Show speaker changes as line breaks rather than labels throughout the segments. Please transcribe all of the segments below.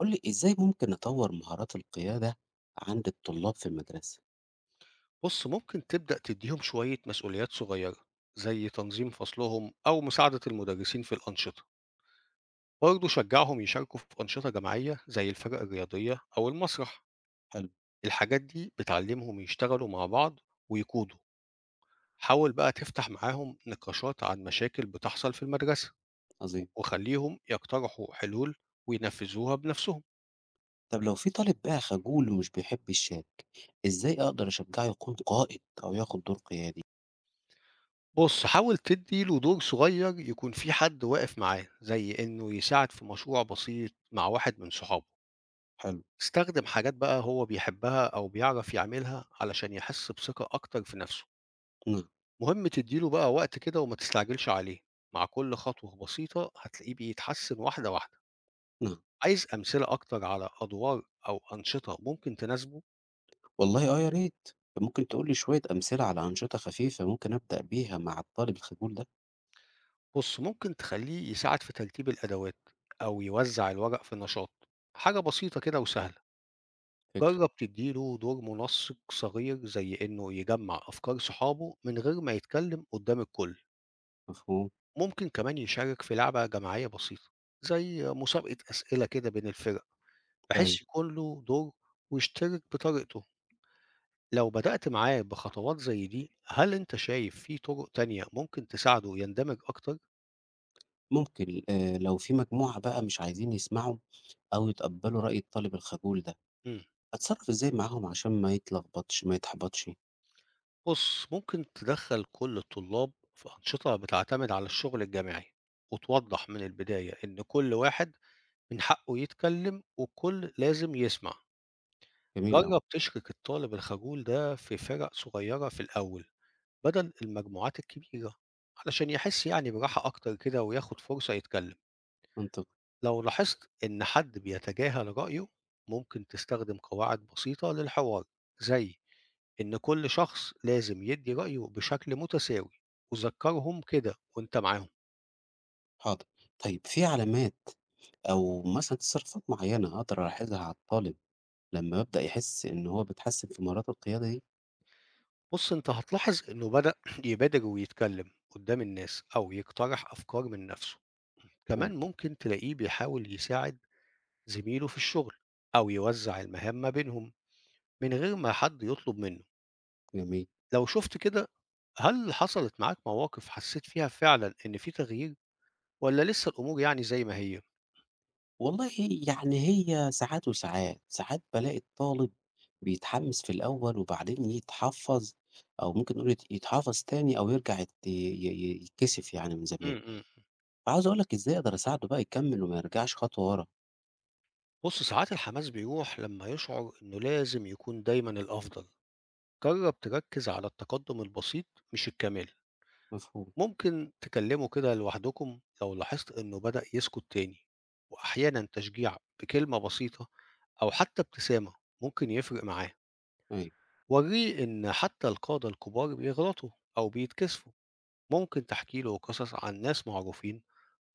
قُل لي إزاي ممكن نطوّر مهارات القيادة عند الطلاب في المدرسة؟
بص ممكن تبدأ تديهم شوية مسؤوليات صغيرة زي تنظيم فصلهم أو مساعدة المدرسين في الأنشطة. برضه شجعهم يشاركوا في أنشطة جماعية زي الفرق الرياضية أو المسرح.
حلو،
الحاجات دي بتعلمهم يشتغلوا مع بعض ويقودوا. حاول بقى تفتح معاهم نقاشات عن مشاكل بتحصل في المدرسة
عظيم.
وخليهم يقترحوا حلول وينفذوها بنفسهم.
طب لو في طالب بقى خجول ومش بيحب يشارك، إزاي أقدر أشجّعه يكون قائد أو ياخد دور قيادي؟
بص حاول تدي له دور صغير يكون في حد واقف معاه، زي إنه يساعد في مشروع بسيط مع واحد من صحابه.
حلو،
استخدم حاجات بقى هو بيحبها أو بيعرف يعملها علشان يحس بثقة أكتر في نفسه.
نعم،
مهم تديله بقى وقت كده وما تستعجلش عليه. مع كل خطوة بسيطة هتلاقيه بيتحسن واحدة واحدة.
نعم.
عايز أمثلة أكتر على أدوار أو أنشطة ممكن تناسبه.
والله آه يا ريت، ممكن تقول لي شوية أمثلة على أنشطة خفيفة ممكن أبدأ بيها مع الطالب الخجول ده؟
بص ممكن تخليه يساعد في ترتيب الأدوات أو يوزع الورق في نشاط، حاجة بسيطة كده وسهلة.
فكرة،
جرب تديله دور منسق صغير، زي إنه يجمع أفكار صحابه من غير ما يتكلم قدام الكل.
مفهوم،
ممكن كمان يشارك في لعبة جماعية بسيطة زي مسابقة أسئلة كده بين الفرق،
أيوه.
بحيث يكون له دور ويشترك بطريقته. لو بدأت معاه بخطوات زي دي، هل أنت شايف في طرق تانية ممكن تساعده يندمج أكتر؟
ممكن لو في مجموعة بقى مش عايزين يسمعوا أو يتقبّلوا رأي الطالب الخجول ده،
مم.
أتصرّف إزاي معاهم عشان ما يتلخبطش ما يتحبطش؟
بص ممكن تدخل كل الطلاب في أنشطة بتعتمد على الشغل الجماعي، وتوضح من البداية إن كل واحد من حقه يتكلم والكل لازم يسمع.
جميل أوي.
جرب تشرك الطالب الخجول ده في فرق صغيرة في الأول بدل المجموعات الكبيرة، علشان يحس يعني براحة أكتر كده وياخد فرصة يتكلم.
منطقي،
لو لاحظت إن حد بيتجاهل رأيه، ممكن تستخدم قواعد بسيطة للحوار، زي إن كل شخص لازم يدي رأيه بشكل متساوي، وذكرهم كده وإنت معاهم.
حاضر. طيب في علامات أو مثلًا تصرفات معيّنة أقدر ألاحظها على الطالب لمّا يبدأ يحس إن هو بيتحسن في مهارات القيادة دي؟
بص إنت هتلاحظ إنه بدأ يبادر ويتكلم قدام الناس أو يقترح أفكار من نفسه.
أيوه،
كمان ممكن تلاقيه بيحاول يساعد زميله في الشغل أو يوزع المهام ما بينهم من غير ما حد يطلب منه.
جميل.
لو شُفت كده، هل حصلت معاك مواقف حسّيت فيها فعلًا إن في تغيير والّا لسه الأمور يعني زي ما هي؟
والله يعني هي ساعات وساعات، ساعات بالاقي الطالب بيتحمس في الأول وبعدين يتحفّظ أو ممكن نقول يتحفّظ تاني أو يرجع يت ي ي يتكسف يعني من
إمم،
زمايله.
إمم.
فعاوز أقول لك إزاي أقدر أساعده بقى يكمّل وما يرجعش خطوة ورا.
بُص، ساعات الحماس بيروح لمّا يشعر إنه لازم يكون دايمًا الأفضل. جرّب تركّز على التقدُّم البسيط، مش الكمال.
مفهوم،
ممكن تكلّمه كده لوحدكم لو لاحظت إنه بدأ يسكت تاني. وأحيانًا تشجيع بكلمة بسيطة أو حتّى ابتسامة ممكن يفرق معاه.
أيوه.
وريه إن حتى القادة الكبار بيغلطوا أو بيتكسفوا. ممكن تحكي له قصص عن ناس معروفين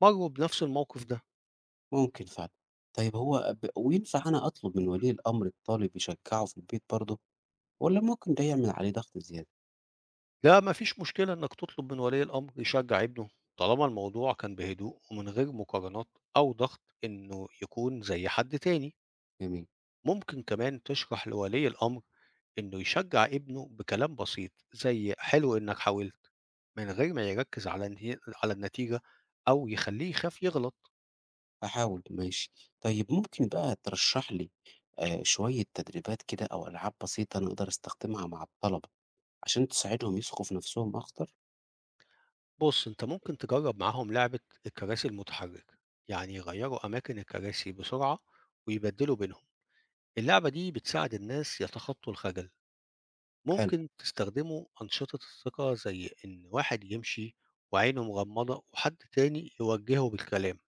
مروا بنفس الموقف ده.
ممكن فعلًا. طيب هو وينفع أنا أطلب من ولي الأمر الطالب يشجّعه في البيت برضه والّا ممكن ده يعمل عليه ضغط زيادة؟
لا، مفيش مشكلة إنك تطلب من ولي الأمر يشجع ابنه، طالما الموضوع كان بهدوء ومن غير مقارنات أو ضغط إنه يكون زي حد تاني.
جميل،
ممكن كمان تشرح لولي الأمر إنه يشجع ابنه بكلام بسيط زي حلو إنك حاولت، من غير ما يركز على النتيجة أو يخليه يخاف يغلط.
هاحاول ماشي. طيب ممكن بقى ترشّح لي شوية تدريبات كده أو ألعاب بسيطة أنا أقدر أستخدمها مع الطلبة عشان تساعدهم يثقوا في نَفْسهم أكتر؟
بُص، أنت ممكن تجرّب معاهم لعبة الكراسي المتحركة، يعني يغيّروا أماكن الكراسي بسرعة ويبدّلوا بينهم. اللعبة دي بتساعد الناس يتخطّوا الخجل.
حلو،
ممكن تستخدموا أنشطة الثقة، زي إن واحد يمشي وعينه مغمضة وحد تاني يوجّهه بالكلام.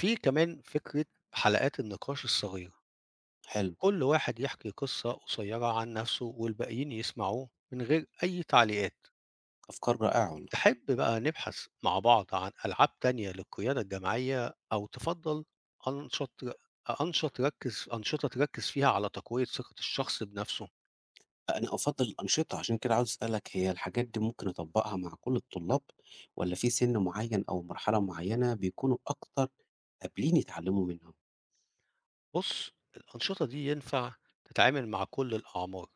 في كمان فكرة حلقات النقاش الصغيرة،
حلو،
كل واحد يحكي قصة قصيّرة عن نَفْسه والباقيين يسمعوه من غير أي تعليقات.
أفكار رائعة والله.
تحب بقى نبحث مع بعض عن ألعاب تانية للقيادة الجماعية، أو تفضل أنشط أنشطة تركز فيها على تقوية ثقة الشخص بنفسه؟
أنا أفضّل الأنشطة، عشان كده عاوز أسألك هي الحاجات دي ممكن أطبّقها مع كل الطلاب والّا في سِن معيّن أو مرحلة معيّنة بيكونوا أكتر قابلين يتعلّموا منها؟
بُص، الأنشطة دي ينفع تتعامل مع كل الأعمار،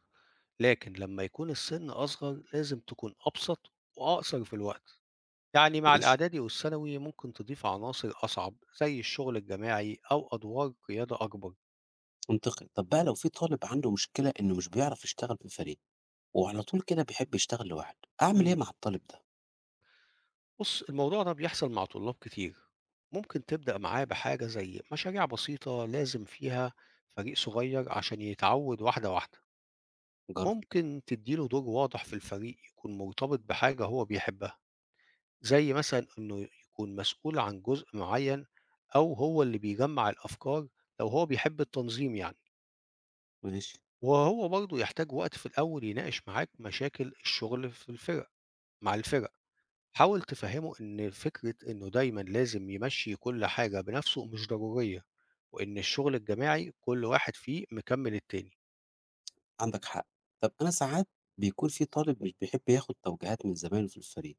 لكن لمّا يكون السن أصغر لازم تكون أبسط وأقصر في الوقت، يعني مع
ماشي،
الإعدادي والثانوي ممكن تضيف عناصر أصعب زي الشغل الجماعي أو أدوار قيادة أكبر.
منطقي. طب بقى لو في طالب عنده مشكلة إنه مش بيعرف يشتغل في فريق وعلى طول كده بيحب يشتغل لوحده، أعمل إيه
إمم.
مع الطالب ده؟
بُص، الموضوع ده بيحصل مع طلاب كتير. ممكن تبدأ معاه بحاجة زي مشاريع بسيطة لازم فيها فريق صغير عشان يتعود واحدة واحدة.
جرب
ممكن تدّي له دور واضح في الفريق يكون مرتبط بحاجة هو بيحبها، زي مثلًا إنه يكون مسؤول عن جزء معين أو هو اللي بيجمّع الأفكار لو هو بيحب التنظيم يعني.
ماشي،
وهو برضه يحتاج وقت في الأول يناقش معاك مشاكل الشغل في الفرق مع الفرق. حاول تفهمه إن فكرة إنه دايمًا لازم يمشّي كل حاجة بنفسه مش ضرورية، وإن الشغل الجماعي كل واحد فيه مكمّل التاني.
عندك حق. طب أنا ساعات بيكون في طالب مش بيحب ياخد توجيهات من زمايله في الفريق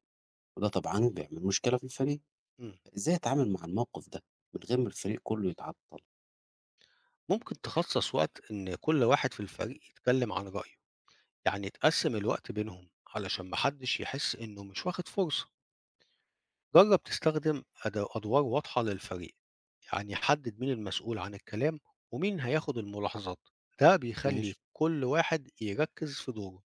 وده طبعا بيعمل مشكلة في الفريق،
إمم.
إزاي أتعامل مع الموقف ده من غير ما الفريق كله يتعطل؟
ممكن تخصّص وقت إن كل واحد في الفريق يتكلم عن رأيه، يعني تقسّم الوقت بينهم علشان ما حدش يحس إنه مش واخد فرصة. جرّب تستخدم أدوار واضحة للفريق، يعني حدد مين المسؤول عن الكلام ومين هياخد الملاحظات، ده بيخلّي
ماشي،
كل واحد يركّز في دوره.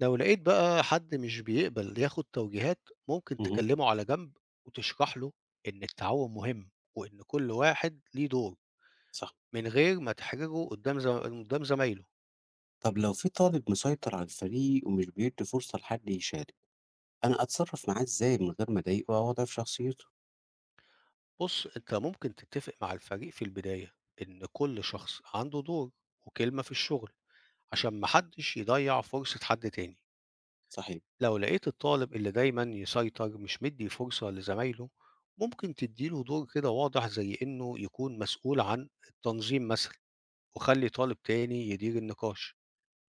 لو لقيت بقى حد مش بيقبل ياخد توجيهات، ممكن
اهم،
تكلمه على جنب وتشرح له إن التعاون مهم وإن كل واحد ليه دور،
صح.
من غير ما تحرجه قدام زمايله.
طب لو في طالب مسيطر على الفريق ومش بيدي فرصة لحد يشارك، أنا أتصرف معاه إزاي من غير ما أضايقه أو أضعف شخصيته؟
بص أنت ممكن تتفق مع الفريق في البداية إن كل شخص عنده دور وكلمة في الشغل، عشان محدش يضيع فرصة حد تاني.
صحيح،
لو لقيت الطالب اللي دايما يسيطر مش مدي فرصة لزمايله، ممكن تديله دور كده واضح زي إنه يكون مسؤول عن التنظيم مثلا، وخلّي طالب تاني يدير النقاش.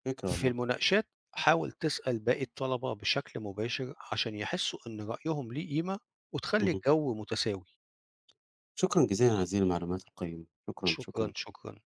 فكرة
في
والله.
المناقشات حاول تسأل باقي الطلبة بشكل مباشر عشان يحسّوا إن رأيهم ليه قيمة وتخلّي
اهم.
الجو متساوي.
شكرًا جزيلًا على هذه المعلومات القيمة، شكرًا،
شكرًا،
شكرًا.
شكرًا.